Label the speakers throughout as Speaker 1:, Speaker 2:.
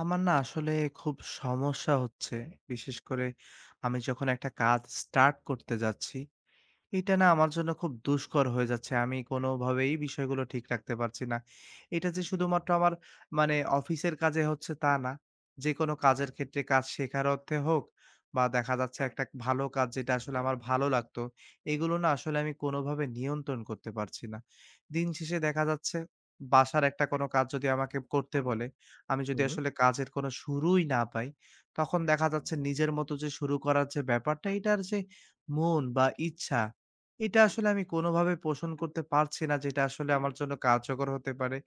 Speaker 1: আমার না আসলে খুব সমস্যা হচ্ছে। বিশেষ করে আমি যখন একটা কাজ স্টার্ট করতে যাচ্ছি, এটা না আমার জন্য খুব দুষ্কর হয়ে যাচ্ছে। আমি কোনোভাবেই বিষয়গুলো ঠিক রাখতে পারছি না। এটা যে শুধুমাত্র আমার মানে অফিসের কাজে হচ্ছে তা না। যেকোনো কাজের ক্ষেত্রে কাজ শেখার অর্থে হোক, বা দেখা যাচ্ছে একটা ভালো কাজ যেটা আসলে আমার ভালো লাগতো, এগুলো না আসলে আমি কোনোভাবে নিয়ন্ত্রণ করতে পারছি না। দিন শেষে দেখা যাচ্ছে বাসার একটা কোনো কাজ যদি আমাকে করতে বলে, আমি যদি
Speaker 2: হুম,
Speaker 1: আসলে কাজের কোনো শুরুই না পাই, তখন দেখা যাচ্ছে নিজের মতো যে শুরু করার যে ব্যাপারটা, এটার যে মন বা ইচ্ছা, এটা আসলে আমি কোনোভাবে পোষণ করতে পারছি না, যেটা আসলে আমার জন্য কার্যকর হতে পারে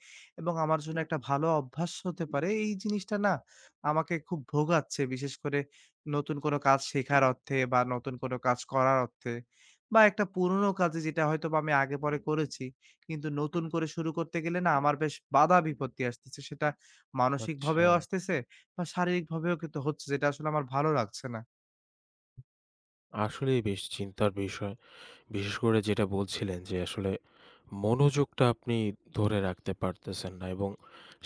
Speaker 1: এবং আমার জন্য একটা ভালো অভ্যাস হতে পারে। এই জিনিসটা না আমাকে খুব ভোগাচ্ছে। বিশেষ করে নতুন কোনো কাজ শেখার অর্থে, বা নতুন কোনো কাজ করার অর্থে, বা একটা পুরনো কাজে যেটা হয়তোবা আমি আগে পরে করেছি। কিন্তু নতুন করে শুরু করতে গেলে না আমার বেশ বাধা বিপত্তি আসতেছে। সেটা
Speaker 2: আচ্ছা।
Speaker 1: মানসিকভাবেও আসতেছে, বা শারীরিকভাবেও কিন্তু হচ্ছে, যেটা আসলে আমার ভালো লাগছে না।
Speaker 2: আসলেই বেশ চিন্তার বিষয়। বিশেষ করে যেটা বলছিলেন যে আসলে মনোযোগটা আপনি ধরে রাখতে পারতেছেন না এবং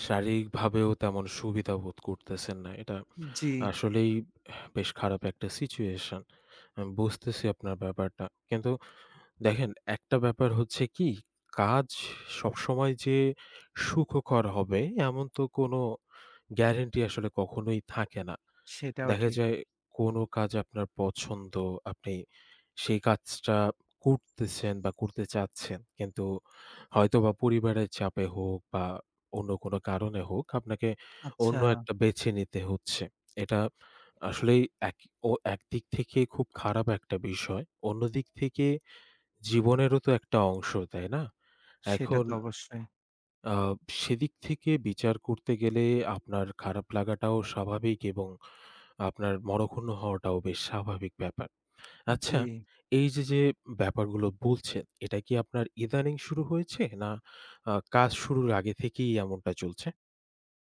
Speaker 2: শারীরিকভাবেও তেমন সুবিধা বোধ করতেছেন না। এটা
Speaker 1: জি,
Speaker 2: আসলেই বেশ খারাপ একটা সিচুয়েশন। আমি বুঝতেছি আপনার ব্যাপারটা। কিন্তু দেখেন একটা ব্যাপার হচ্ছে কি, কাজ সবসময় যে সুখকর হবে এমন তো কোনো গ্যারান্টি আসলে কখনোই থাকে না।
Speaker 1: সেটাও
Speaker 2: দেখা
Speaker 1: ঠিক।
Speaker 2: যায় কোনো কাজ আপনার পছন্দ, আপনি সেই কাজটা করতেছেন বা করতে চাচ্ছেন। কিন্তু হয়তোবা পরিবারের চাপে হোক বা অন্য কোনো কারণে হোক আপনাকে
Speaker 1: আচ্ছা,
Speaker 2: অন্য একটা বেছে নিতে হচ্ছে। এটা আসলেই এক ও একদিক থেকে খুব খারাপ একটা বিষয়। অন্যদিক থেকে জীবনেরও তো একটা অংশ, তাই না?
Speaker 1: সেটা
Speaker 2: এখন
Speaker 1: তো অবশ্যই।
Speaker 2: আ সেদিক থেকে বিচার করতে গেলে আপনার খারাপ লাগাটাও স্বাভাবিক এবং আপনার মরক্ষুণ্ণ হওয়াটাও বেশ স্বাভাবিক ব্যাপার।
Speaker 1: জি।
Speaker 2: আচ্ছা, এই যে ব্যাপারগুলো বলছেন, এটা কি আপনার ইদানিং শুরু হয়েছে? না কাজ শুরুর আগে থেকেই এমনটা চলছে?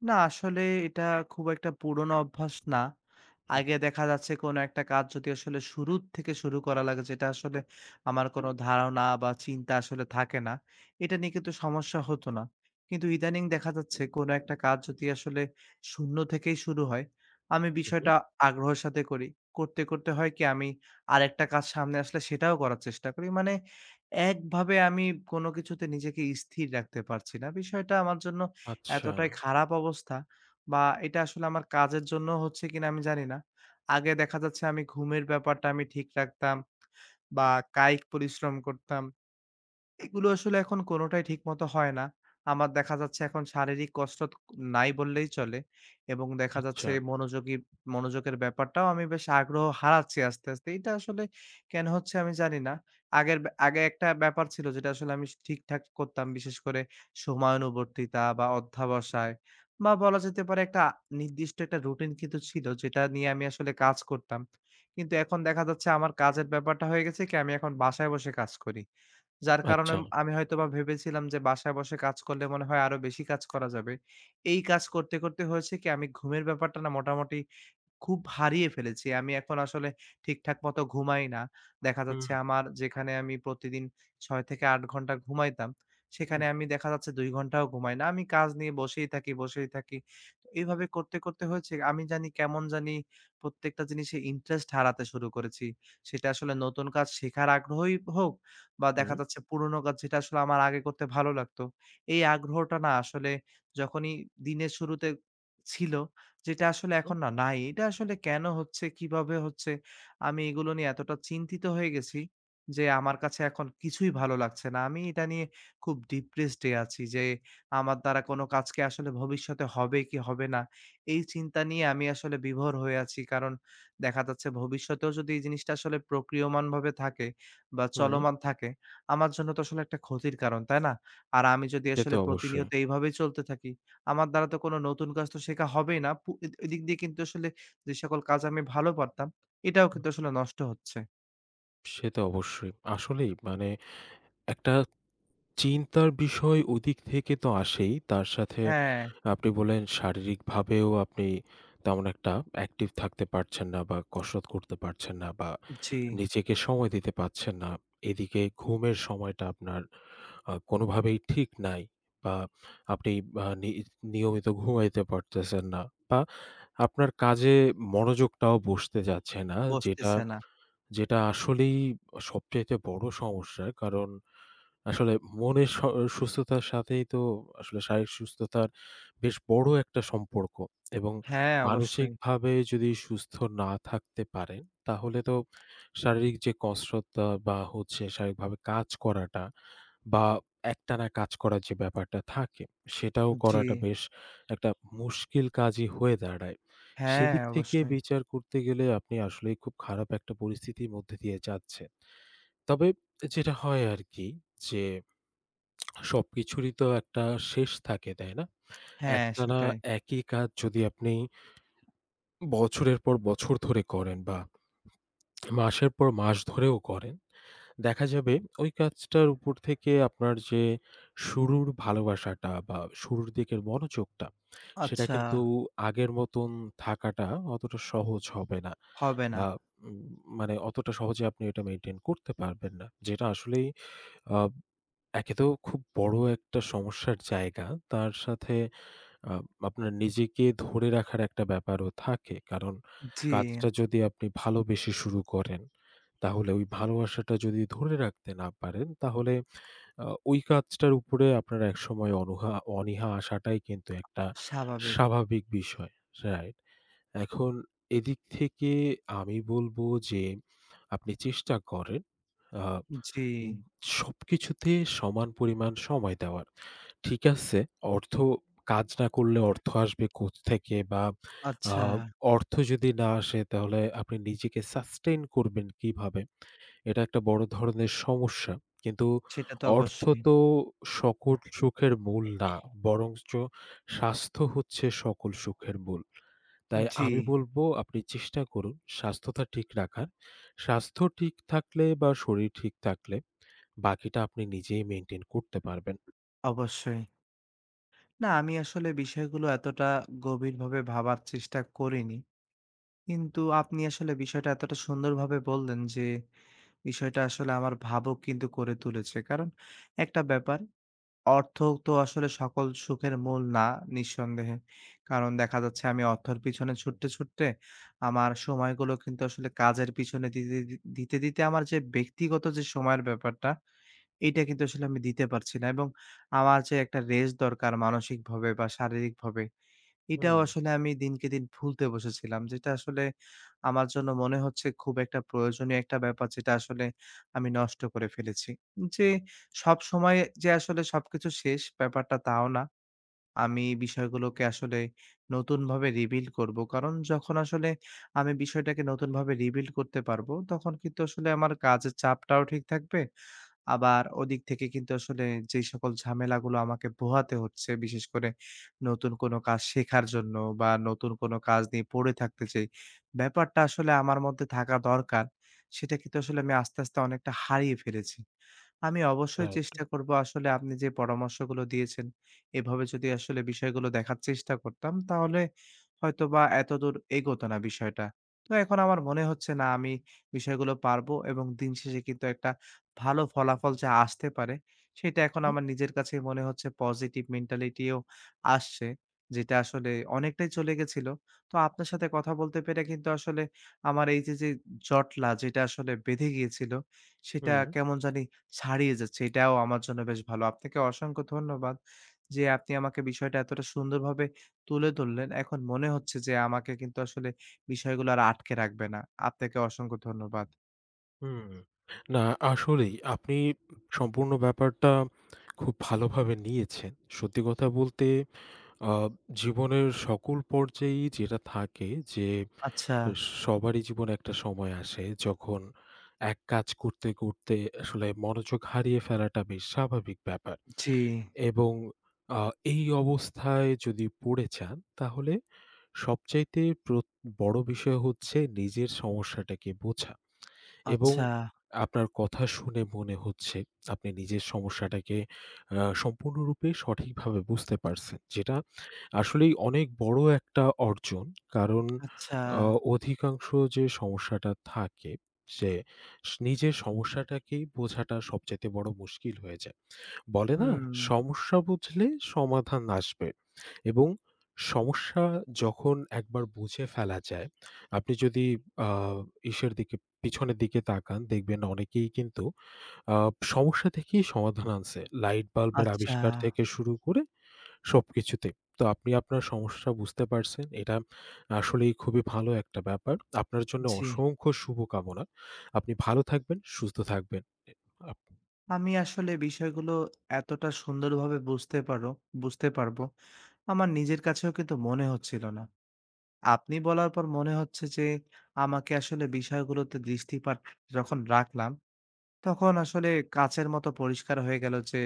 Speaker 1: না আসলে এটা খুব একটা পুরোনো অভ্যাস না।
Speaker 2: হুম।
Speaker 1: আগে দেখা যাচ্ছে কোনো একটা কাজ যদি আসলে শুরুর থেকে শুরু করা লাগে, যেটা আসলে আমার কোনো ধারণা বা চিন্তা আসলে থাকে না, এটা নিয়ে কিন্তু সমস্যা হতো না। কিন্তু ইদানিং দেখা যাচ্ছে কোনো একটা কাজ যদি আসলে শূন্য থেকেই শুরু হয়, আমি
Speaker 2: উহু।
Speaker 1: বিষয়টা আগ্রহের সাথে করি। করতে, করতে হয় কি, আমি আরেকটা কাজ সামনে আসলে সেটাও করার চেষ্টা করি। মানে একভাবে আমি কোনো কিছুতে নিজেকে স্থির রাখতে পারছি না। বিষয়টা আমার জন্য
Speaker 2: আচ্ছা,
Speaker 1: এতটাই খারাপ অবস্থা, বা এটা আসলে আমার কাজের জন্য হচ্ছে কিনা আমি জানি না। আগে দেখা যাচ্ছে আমি ঘুমের ব্যাপারটা আমি ঠিক রাখতাম, বা কায়িক পরিশ্রম করতাম। এগুলো আসলে এখন কোনটাই ঠিকমতো হয় না। আমার দেখা যাচ্ছে এখন শারীরিক কসরত নাই বললেই চলে, এবং দেখা
Speaker 2: আচ্ছা,
Speaker 1: যাচ্ছে মনোযোগের ব্যাপারটাও আমি বেশ আগ্রহ হারাচ্ছি আস্তে, আস্তে। এটা আসলে কেন হচ্ছে আমি জানি না। আগে একটা ব্যাপার ছিল, যেটা আসলে আমি ঠিকঠাক করতাম। বিশেষ করে সময়ানুবর্তিতা বা অধ্যবসায়, বা বলা যেতে পারে একটা নির্দিষ্ট একটা রুটিন কিন্তু ছিল, যেটা নিয়ে আমি আসলে কাজ করতাম। কিন্তু এখন দেখা যাচ্ছে আমার কাজের ব্যাপারটা হয়ে গেছে কি, আমি এখন বাসায় বসে কাজ করি। যার কারণে
Speaker 2: আচ্ছা।
Speaker 1: আমি হয়তোবা ভেবেছিলাম যে বাসায় বসে কাজ করলে মনে হয় আরো বেশি কাজ করা যাবে। এই কাজ করতে, করতে হয়েছে কি, আমি ঘুমের ব্যাপারটা না মোটামুটি খুব হারিয়ে ফেলেছি। আমি এখন আসলে ঠিকঠাক মতো ঘুমাই না। দেখা
Speaker 2: হুম,
Speaker 1: যাচ্ছে আমার যেখানে আমি প্রতিদিন ৬ থেকে ৮ ঘন্টা ঘুমাইতাম,
Speaker 2: হুম,
Speaker 1: সেখানে আমি দেখা যাচ্ছে ২ ঘন্টাও ঘুমাই না। আমি কাজ নিয়ে বসেই থাকি, বসেই থাকি। তো এভাবে করতে, করতে হয়েছে, আমি জানি কেমন জানি প্রত্যেকটা জিনিসে ইন্টারেস্ট হারাতে শুরু করেছি। সেটা আসলে নতুন কাজ শেখার আগ্রহই হোক, বা
Speaker 2: হুম।
Speaker 1: দেখা যাচ্ছে পুরনো কাজ যেটা আসলে আমার আগে করতে ভালো লাগতো। এই আগ্রহটা না আসলে যখনই দিনের শুরুতে ছিল, যেটা আসলে এখন না নাই। এটা আসলে কেন হচ্ছে? কিভাবে হচ্ছে? আমি এগুলো নিয়ে এতটা চিন্তিত হয়ে গেছি যে আমার কাছে এখন কিছুই ভালো লাগছে না। আমি এটা নিয়ে খুব ডিপ্রেসড এ আছি যে আমার দ্বারা কোনো কাজ কি আসলে ভবিষ্যতে হবে কি হবে না? এই চিন্তা নিয়ে আমি আসলে বিভোর হয়ে আছি। কারণ দেখা যাচ্ছে ভবিষ্যতেও যদি এই জিনিসটা আসলে প্রক্রিয়মানভাবে থাকে বা
Speaker 2: হুম,
Speaker 1: চলমান থাকে, আমার জন্য তো আসলে একটা ক্ষতির কারণ, তাই না? আর আমি যদি
Speaker 2: সে তো
Speaker 1: আসলে
Speaker 2: অবশ্যই।
Speaker 1: প্রতিনিয়ত এইভাবেই চলতে থাকি, আমার দ্বারা তো কোনো নতুন কাজ তো শেখা হবেই না। পু এ এদিক দিয়ে কিন্তু আসলে যে সকল কাজ আমি ভালো পারতাম, এটাও
Speaker 2: হুম,
Speaker 1: কিন্তু আসলে নষ্ট হচ্ছে।
Speaker 2: সে তো অবশ্যই। আসলেই মানে একটা চিন্তার বিষয় ওদিক থেকে তো আসেই। তার সাথে
Speaker 1: হ্যাঁ।
Speaker 2: আপনি বললেন শারীরিকভাবেও আপনি তেমন একটা অ্যাক্টিভ থাকতে পারছেন না বা কসরত করতে পারছেন না বা
Speaker 1: জি,
Speaker 2: নিজেকে সময় দিতে পারছেন না। এদিকে ঘুমের সময়টা আপনার কোনোভাবেই ঠিক নাই বা আপনি আ নি নিয়মিত ঘুমাইতে পারতেছেন না বা আপনার কাজে মনোযোগটাও বসতে যাচ্ছে না যেটা
Speaker 1: বসতেছে না।
Speaker 2: যেটা আসলেই সবচাইতে বড় সমস্যা। কারণ আসলে মনের স সুস্থতার সাথেই তো আসলে শারীরিক সুস্থতার বেশ বড় একটা সম্পর্ক এবং
Speaker 1: হ্যাঁ, অবশ্যই।
Speaker 2: মানসিকভাবে যদি সুস্থ না থাকতে পারেন, তাহলে তো শারীরিক যে কসরতটা বা হচ্ছে শারীরিকভাবে কাজ করাটা বা একটানা কাজ করার যে ব্যাপারটা থাকে, সেটাও
Speaker 1: জি,
Speaker 2: করাটা বেশ একটা মুশকিল কাজই হয়ে দাঁড়ায়।
Speaker 1: হ্যাঁ,
Speaker 2: সেদিক থেকে
Speaker 1: অবশ্যই।
Speaker 2: বিচার করতে গেলে আপনি আসলেই খুব খারাপ একটা পরিস্থিতির মধ্যে দিয়ে যাচ্ছেন। তবে যেটা হয় আরকি যে সবকিছুরই তো একটা শেষ থাকে, তাই না?
Speaker 1: হ্যাঁ,
Speaker 2: একটানা
Speaker 1: সেটাই।
Speaker 2: একই কাজ যদি আপনি বছরের পর বছর ধরে করেন বা মাসের পর মাস ধরেও করেন, দেখা যাবে ওই কাজটার উপর থেকে আপনার যে শুরুর ভালোবাসাটা বা শুরুর দিকের মনোযোগটা, সেটা
Speaker 1: আচ্ছা,
Speaker 2: কিন্তু আগের মতন থাকাটা অতটা সহজ হবে না
Speaker 1: হবে না।
Speaker 2: বা উম মানে অতটা সহজে আপনি এটা মেইনটেইন করতে পারবেন না। যেটা আসলেই আ একে তো খুব বড় একটা সমস্যার জায়গা। তার সাথে আ আপনার নিজেকে ধরে রাখার একটা ব্যাপারও থাকে। কারণ
Speaker 1: জি,
Speaker 2: কাজটা যদি আপনি ভালোবেসে শুরু করেন, তাহলে ওই ভালোবাসাটা যদি ধরে রাখতে না পারেন, তাহলে ওই কাজটার উপরে আপনার একসময় অনীহা আসাটাই কিন্তু একটা
Speaker 1: স্বাভাবিক।
Speaker 2: স্বাভাবিক বিষয়। রাইট? এখন এদিক থেকে আমি বলবো যে আপনি চেষ্টা করেন আ
Speaker 1: জি,
Speaker 2: উম সবকিছুতে সমান পরিমাণ সময় দেওয়ার। ঠিক আছে, অর্থ কাজ না করলে অর্থ আসবে কোত্থেকে বা আ
Speaker 1: আচ্ছা,
Speaker 2: অর্থ যদি না আসে তাহলে আপনি নিজেকে সাস্টেইন করবেন কিভাবে? এটা একটা বড় ধরনের সমস্যা। কিন্তু
Speaker 1: সেটা তো
Speaker 2: অর্থ
Speaker 1: অবশ্যই।
Speaker 2: তো সকল সুখের মূল না। বরঞ্চ স্বাস্থ্য হচ্ছে সকল সুখের মূল। তাই
Speaker 1: জি,
Speaker 2: আমি বলব আপনি চেষ্টা করুন স্বাস্থ্যটা ঠিক রাখার। স্বাস্থ্য ঠিক থাকলে বা শরীর ঠিক থাকলে বাকিটা আপনি নিজেই মেইনটেইন করতে পারবেন।
Speaker 1: অবশ্যই। না, আমি আসলে বিষয়গুলো এতটা গভীরভাবে ভাবার চেষ্টা করিনি। কিন্তু আপনি আসলে বিষয়টা এতটা সুন্দরভাবে বললেন যে, বিষয়টা আসলে আমার ভাবুক কিন্তু করে তুলেছে। কারণ একটা ব্যাপার, অর্থ তো আসলে সকল সুখের মূল না, নিঃসন্দেহে। কারণ দেখা যাচ্ছে আমি অর্থের পিছনে ছুটতে, ছুটতে আমার সময়গুলো কিন্তু আসলে কাজের পিছনে দিতে, দিতে, দিতে আমার যে ব্যক্তিগত যে সময়ের ব্যাপারটা, এইটা কিন্তু আসলে আমি দিতে পারছি না। এবং আমার যে একটা রেস্ট দরকার মানসিকভাবে বা শারীরিকভাবে, এটাও
Speaker 2: হুম,
Speaker 1: আসলে আমি দিনকে দিন ভুলতে বসেছিলাম। যেটা আসলে আমার জন্য মনে হচ্ছে খুব একটা প্রয়োজনীয় একটা ব্যাপার, যেটা আসলে আমি নষ্ট করে ফেলেছি। যে সবসময় যে আসলে সবকিছু শেষ ব্যাপারটা তাও না। আমি বিষয়গুলোকে আসলে নতুনভাবে রিবিল্ড করব। কারণ যখন আসলে আমি বিষয়টাকে নতুনভাবে রিবিল্ড করতে পারবো, তখন কিন্তু আসলে আমার কাজের চাপটাও ঠিক থাকবে। আবার ওদিক থেকে কিন্তু আসলে যেই সকল ঝামেলাগুলো আমাকে পোহাতে হচ্ছে, বিশেষ করে নতুন কোনো কাজ শেখার জন্য, বা নতুন কোনো কাজ নিয়ে পড়ে থাকতে যেই ব্যাপারটা আসলে আমার মধ্যে থাকা দরকার, সেটা কিন্তু আসলে আমি আস্তে, আস্তে অনেকটা হারিয়ে ফেলেছি। আমি অবশ্যই
Speaker 2: রাইট।
Speaker 1: চেষ্টা করব, আসলে আপনি যে পরামর্শগুলো দিয়েছেন, এভাবে যদি আসলে বিষয়গুলো দেখার চেষ্টা করতাম, তাহলে হয়তোবা এতদূর এগোতো না বিষয়টা। তো এখন আমার মনে হচ্ছে না আমি বিষয়গুলো পারবো, এবং দিন শেষে কিন্তু একটা ভালো ফলাফল যা আসতে পারে, সেটা এখন আমার নিজের কাছেই মনে হচ্ছে, পজিটিভ মেন্টালিটিও আসছে। যেটা আসলে অনেকটাই চলে গেছিল। তো আপনার সাথে কথা বলতে পেরে কিন্তু আসলে আমার এই যে, জটলা যেটা আসলে বেঁধে গিয়েছিল, সেটা
Speaker 2: হুম,
Speaker 1: কেমন জানি ছাড়িয়ে যাচ্ছে। এটাও আমার জন্য বেশ ভালো। আপনাকে অসংখ্য ধন্যবাদ যে আপনি আমাকে বিষয়টা এতটা সুন্দরভাবে তুলে ধরলেন। এখন মনে হচ্ছে যে আমাকে কিন্তু আসলে বিষয়গুলো আর আটকে রাখবে না। আপনাকে অসংখ্য ধন্যবাদ।
Speaker 2: হুম। না আসলেই আপনি সম্পূর্ণ ব্যাপারটা খুব ভালোভাবে নিয়েছেন। সত্যি কথা বলতে আ জীবনের সকল পর্যায়েই যেটা থাকে যে
Speaker 1: আচ্ছা।
Speaker 2: সবারই জীবনে একটা সময় আসে যখন এক কাজ করতে আসলে মনোযোগ হারিয়ে ফেলাটা বেশ স্বাভাবিক ব্যাপার।
Speaker 1: জি।
Speaker 2: এবং আ এই অবস্থায় যদি পড়ে যান তাহলে সবচাইতে বড় বিষয় হচ্ছে নিজের সমস্যাটাকে বোঝা। এবং
Speaker 1: আচ্ছা,
Speaker 2: আপনার কথা শুনে মনে হচ্ছে আপনি নিজের সমস্যাটাকে সম্পূর্ণরূপে সঠিকভাবে বুঝতে পারছেন। যেটা আসলেই অনেক বড় একটা অর্জন। কারণ
Speaker 1: আচ্ছা।
Speaker 2: আ অধিকাংশ যে সমস্যাটা থাকে যে নিজের সমস্যাটাকেই বোঝাটা সবচাইতে বড় মুশকিল হয়ে যায়। বলে না,
Speaker 1: হুম,
Speaker 2: সমস্যা বুঝলে সমাধান আসবে। এবং সমস্যা যখন একবার বুঝে ফেলা যায়, আপনি যদি আ ইসের দিকে পিছনের দিকে তাকান দেখবেন অনেকেই কিন্তু আ সমস্যা থেকেই সমাধান আনছে। লাইট বাল্বের
Speaker 1: আচ্ছা,
Speaker 2: আবিষ্কার থেকে শুরু করে সবকিছুতে। তো আপনি আপনার সমস্যা বুঝতে পারছেন। এটা আসলেই খুবই ভালো একটা ব্যাপার। আপনার জন্য
Speaker 1: জি।
Speaker 2: অসংখ্য শুভকামনা। আপনি ভালো থাকবেন, সুস্থ থাকবেন। আপ
Speaker 1: আমি আসলে বিষয়গুলো এতটা সুন্দরভাবে বুঝতে পারবো। আমার নিজের কাছেও কিন্তু মনে হচ্ছিল না। আপনি বলার পর মনে হচ্ছে যে আমাকে আসলে বিষয়গুলোতে দৃষ্টিপাত যখন রাখলাম, তখন আসলে কাঁচের মতো পরিষ্কার হয়ে গেল যে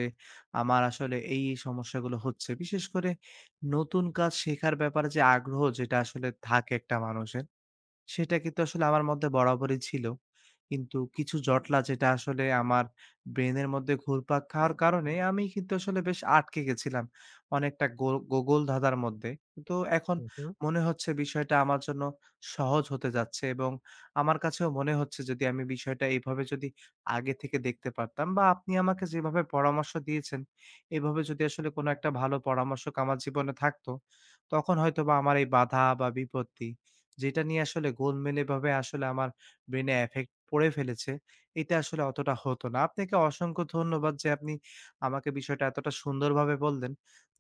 Speaker 1: আমার আসলে এই সমস্যাগুলো হচ্ছে। বিশেষ করে নতুন কাজ শেখার ব্যাপারে যে আগ্রহ যেটা আসলে থাকে একটা মানুষের, সেটা কিন্তু আসলে আমার মধ্যে বরাবরই ছিল। কিন্তু কিছু জটলা যেটা আসলে আমার ব্রেইনের মধ্যে ঘুরপাক খাওয়ার কারণে আমি কিন্তু আসলে বেশ আটকে গেছিলাম। অনেকটা গোগোল ধাঁধার মধ্যে। তো এখন
Speaker 2: হু, হু।
Speaker 1: মনে হচ্ছে বিষয়টা আমার জন্য সহজ হতে যাচ্ছে, এবং আমার কাছেও মনে হচ্ছে, যদি আমি বিষয়টা এভাবে যদি আগে থেকে দেখতে পারতাম, বা আপনি আমাকে যেভাবে পরামর্শ দিয়েছেন, এভাবে যদি আসলে কোনো একটা ভালো পরামর্শক আমার জীবনে থাকতো, তখন হয়তোবা আমার এই বাধা বা বিপত্তি, যেটা নিয়ে আসলে গোলমেলেভাবে আসলে আমার ব্রেইনে এফেক্ট পড়ে ফেলেছে, এটা আসলে অতটা হতো না। আপনাকে অসংখ্য ধন্যবাদ যে আপনি আমাকে বিষয়টা এতটা সুন্দরভাবে বললেন,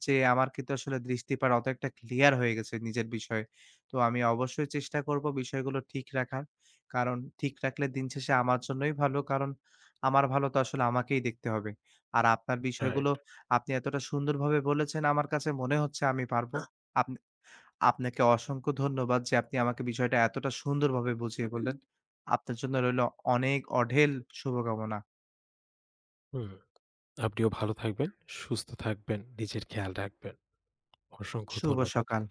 Speaker 1: যে আমার কিন্তু আসলে দৃষ্টিপাত অত একটা ক্লিয়ার হয়ে গেছে নিজের বিষয়ে। তো আমি অবশ্যই চেষ্টা করব বিষয়গুলো ঠিক রাখার। কারণ ঠিক রাখলে দিন শেষে আমার জন্যই ভালো। কারণ আমার ভালো তো আসলে আমাকেই দেখতে হবে। আর আপনার বিষয়গুলো
Speaker 2: রাইট।
Speaker 1: আপনি এতটা সুন্দরভাবে বলেছেন, আমার কাছে মনে হচ্ছে আমি পারব। আপনা আপনাকে অসংখ্য ধন্যবাদ যে আপনি আমাকে বিষয়টা এতটা সুন্দরভাবে বুঝিয়ে বললেন। আপনার জন্য রইল অনেক অঢেল শুভকামনা।
Speaker 2: হুম। আপনিও ভালো থাকবেন, সুস্থ থাকবেন, নিজের খেয়াল রাখবেন। অসংখ্য
Speaker 1: শুভ
Speaker 2: ধন্যবাদ।
Speaker 1: সকাল।